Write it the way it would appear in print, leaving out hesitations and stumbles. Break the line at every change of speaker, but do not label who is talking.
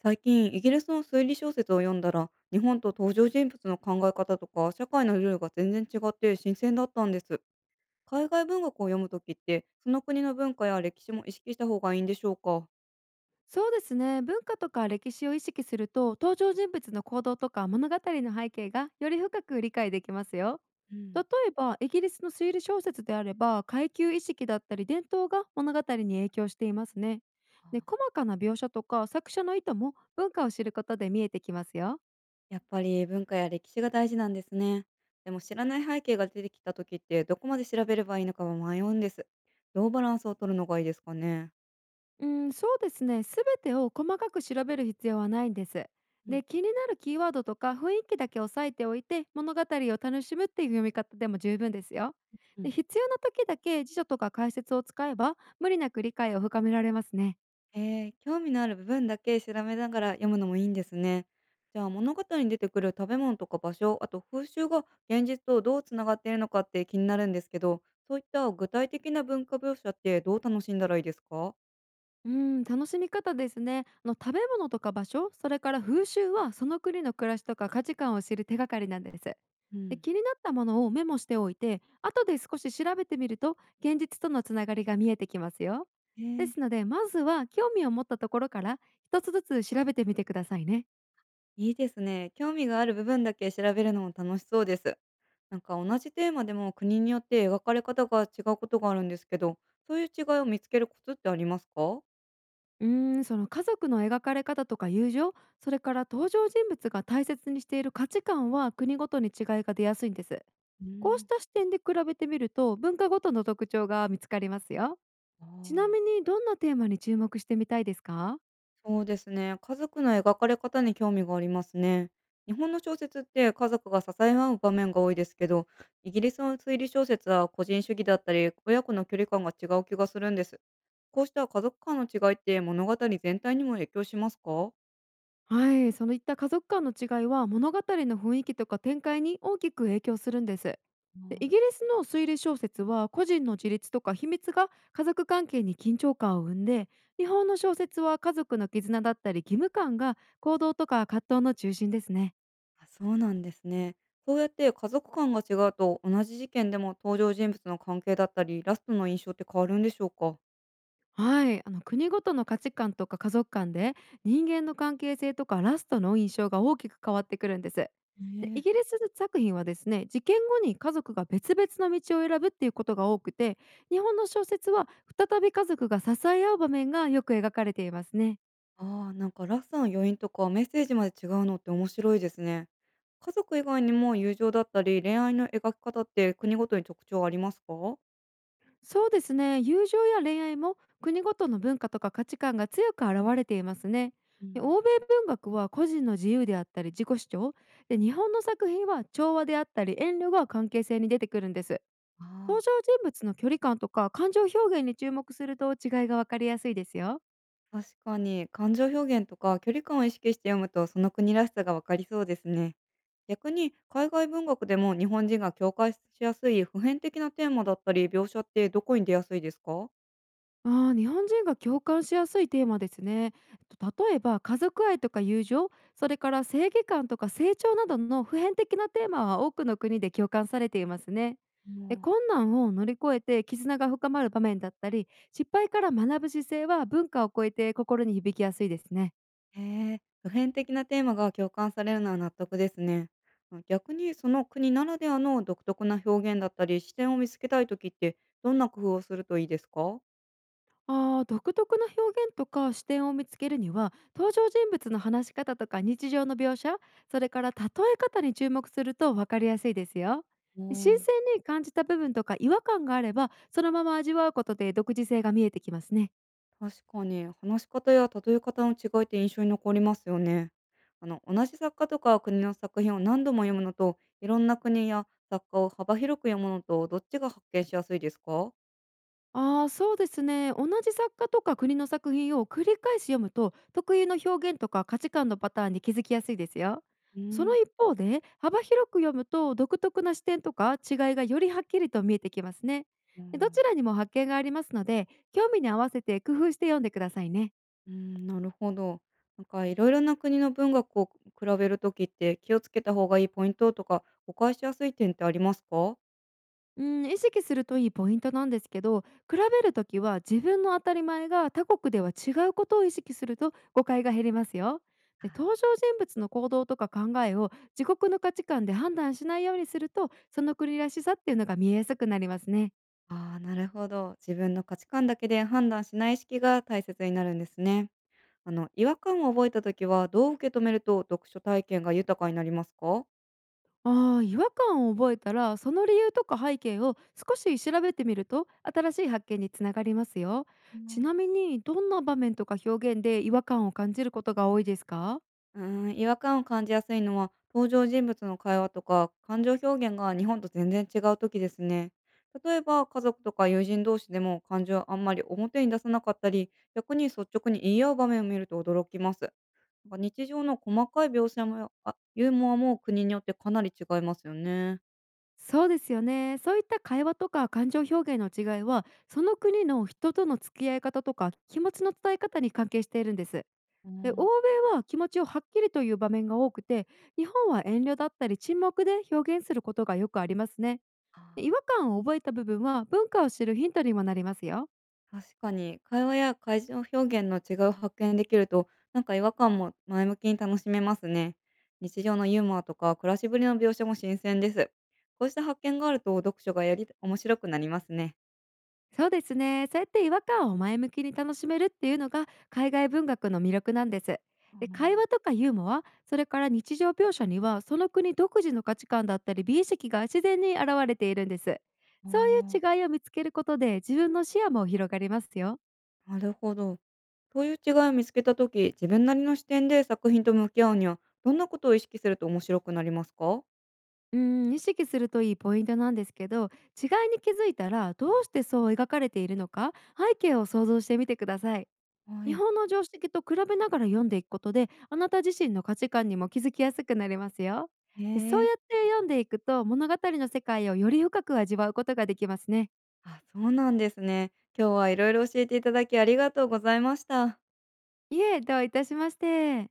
最近イギリスの推理小説を読んだら日本と登場人物の考え方とか社会のルールが全然違って新鮮だったんです。海外文学を読むときってその国の文化や歴史も意識した方がいいんでしょうか？
そうですね。文化とか歴史を意識すると登場人物の行動とか物語の背景がより深く理解できますよ。
うん、
例えばイギリスの推理小説であれば階級意識だったり伝統が物語に影響していますね。で、
あ、
細かな描写とか作者の意図も文化を知ることで見えてきますよ。
やっぱり文化や歴史が大事なんですね。でも知らない背景が出てきたときってどこまで調べればいいのかは迷うんです。どうバランスを取るのがいいですかね？
うん、そうですね。すべてを細かく調べる必要はないんです。
うん、
で、気になるキーワードとか雰囲気だけ押さえておいて、物語を楽しむっていう読み方でも十分ですよ。で、必要な時だけ辞書とか解説を使えば、無理なく理解を深められますね。
ええ、興味のある部分だけ調べながら読むのもいいんですね。じゃあ物語に出てくる食べ物とか場所、あと風習が現実とどうつながっているのかって気になるんですけど、そういった具体的な文化描写ってどう楽しんだらいいですか？
うん、楽しみ方ですね。あの、食べ物とか場所、それから風習はその国の暮らしとか価値観を知る手がかりなんです。
う
で、
ん、
気になったものをメモしておいて、後で少し調べてみると現実とのつながりが見えてきますよ。
え
で
え、
すので、まずは興味を持ったところから一つずつ調べてみてくださいね。
いいですね。興味がある部分だけ調べるのも楽しそうです。なんか同じテーマでも国によって描かれ方が違うことがあるんですけど、そういう違いを見つけるコツってありますか？
その家族の描かれ方とか友情、それから登場人物が大切にしている価値観は国ごとに違いが出やすいんです。
う
こうし
ん。
た視点で比べてみると文化ごとの特徴が見つかりますよ。
あ
ちな
あ
み
ー。
にどんなテーマに注目してみたいですか？
そうですね。家族の描かれ方に興味がありますね。日本の小説って家族が支え合う場面が多いですけど、イギリスの推理小説は個人主義だったり、親子の距離感が違う気がするんです。こうした家族間の違いって物語全体にも影響しますか？
はい、そのいった家族間の違いは物語の雰囲気とか展開に大きく影響するんです。で、イギリ
あ
スの推理小説は個人の自立とか秘密が家族関係に緊張感を生んで、日本の小説は家族の絆だったり義務感が行動とか葛藤の中心ですね。
あ、そうなんですね。そうやって家族間が違うと同じ事件でも登場人物の関係だったり、ラストの印象って変わるんでしょうか？
はい、あの、国ごとの価値観とか家族間で人間の関係性とかラストの印象が大きく変わってくるんです。でイ
ね
ギ
え。
リス作品はですね、事件後に家族が別々の道を選ぶっていうことが多くて、日本の小説は再び家族が支え合う場面がよく描かれていますね。
ああ、なんかラフさん余韻とかメッセージまで違うのって面白いですね。家族以外にも友情だったり恋愛の描き方って国ごとに特徴ありますか？
そうですね、友情や恋愛も国ごとの文化とか価値観が強く現れていますね。
う
で、
ん、
欧米文学は個人の自由であったり自己主張、で日本の作品は調和であったり遠慮が関係性に出てくるんです。登
ああ、
場人物の距離感とか感情表現に注目すると違いがわかりやすいですよ。
確かに感情表現とか距離感を意識して読むとその国らしさがわかりそうですね。逆に海外文学でも日本人が共感しやすい普遍的なテーマだったり描写ってどこに出やすいですか？
ああ、日本人が共感しやすいテーマですね。例えば家族愛とか友情、それから正義感とか成長などの普遍的なテーマは多くの国で共感されていますね。で、困難を乗り越えて絆が深まる場面だったり、失敗から学ぶ姿勢は文化を超えて心に響きやすいですね。
へえ、普遍的なテーマが共感されるのは納得ですね。あ、逆にその国ならではの独特な表現だったり視点を見つけたい時ってどんな工夫をするといいですか？
ああ、独特の表現とか視点を見つけるには、登場人物の話し方とか日常の描写、それから例え方に注目すると分かりやすいですよ。
う
新
ん、
鮮に感じた部分とか違和感があれば、そのまま味わうことで独自性が見えてきますね。
確かに話し方や例え方の違いって印象に残りますよね。同じ作家とか国の作品を何度も読むのといろんな国や作家を幅広く読むのとどっちが発見しやすいですか？
ああ、そうですね。同じ作家とか国の作品を繰り返し読むと、特有の表現とか価値観のパターンに気づきやすいですよ。
う
その
ん、
一方で、幅広く読むと独特な視点とか違いがよりはっきりと見えてきますね。
う
で、どち
ん、
らにも発見がありますので、興味に合わせて工夫して読んでくださいね。
うん、なるほど。なんかいろいろな国の文学を比べるときって、気をつけた方がいいポイントとか、誤解しやすい点ってありますか？
うん、意識するといいポイントなんですけど、比べるときは自分の当たり前が他国では違うことを意識すると誤解が減りますよ。で、
あ
登場人物の行動とか考えを自国の価値観で判断しないようにすると、その国らしさっていうのが見えやすくなりますね。
あー、なるほど。自分の価値観だけで判断しない意識が大切になるんですね。違和感を覚えたときは、どう受け止めると読書体験が豊かになりますか？
ああ、違和感を覚えたら、その理由とか背景を少し調べてみると新しい発見につながりますよ。ちなみにどんな場面とか表現で違和感を感じることが多いですか？
うーん、違和感を感じやすいのは、登場人物の会話とか感情表現が日本と全然違う時ですね。例えば、家族とか友人同士でも感情をあんまり表に出さなかったり、逆に率直に言い合う場面を見ると驚きます。なんか日常の細かい描写もユーモアも国によってかなり違いますよね。
そうですよね。そういった会話とか感情表現の違いは、その国の人との付き合い方とか気持ちの伝え方に関係しているんです。
う
で、欧
ん。
米は気持ちをはっきりという場面が多くて、日本は遠慮だったり沈黙で表現することがよくありますね。
あ
で、
ー、
違和感を覚えた部分は文化を知るヒントにもなりますよ。
確かに、会話や会情表現の違いを発見できると、なんか違和感も前向きに楽しめますね。日常のユーモアとか暮らしぶりの描写も新鮮です。こうした発見があると読書がより面白くなりますね。
そうですね。そうやって違和感を前向きに楽しめるっていうのが海外文学の魅力なんです。
あ
で、会
の
話とかユーモア、それから日常描写にはその国独自の価値観だったり美意識が自然に現れているんです。
あ
そうい
ー、
う違いを見つけることで自分の視野も広がりますよ。
なるほど。そういう違いを見つけた時自分なりの視点で作品と向き合うには、どんなことを意識すると面白くなりますか？
うん、意識するといいポイントなんですけど、違いに気づいたら、どうしてそう描かれているのか背景を想像してみてください。
は
日
い。
本の常識と比べながら読んでいくことで、あなた自身の価値観にも気づきやすくなりますよ。
へ
で、そう
え。
やって読んでいくと、物語の世界をより深く味わうことができますね。
あ、そうなんですね。今日はいろいろ教えていただきありがとうございました。
いえ、どういたしまして。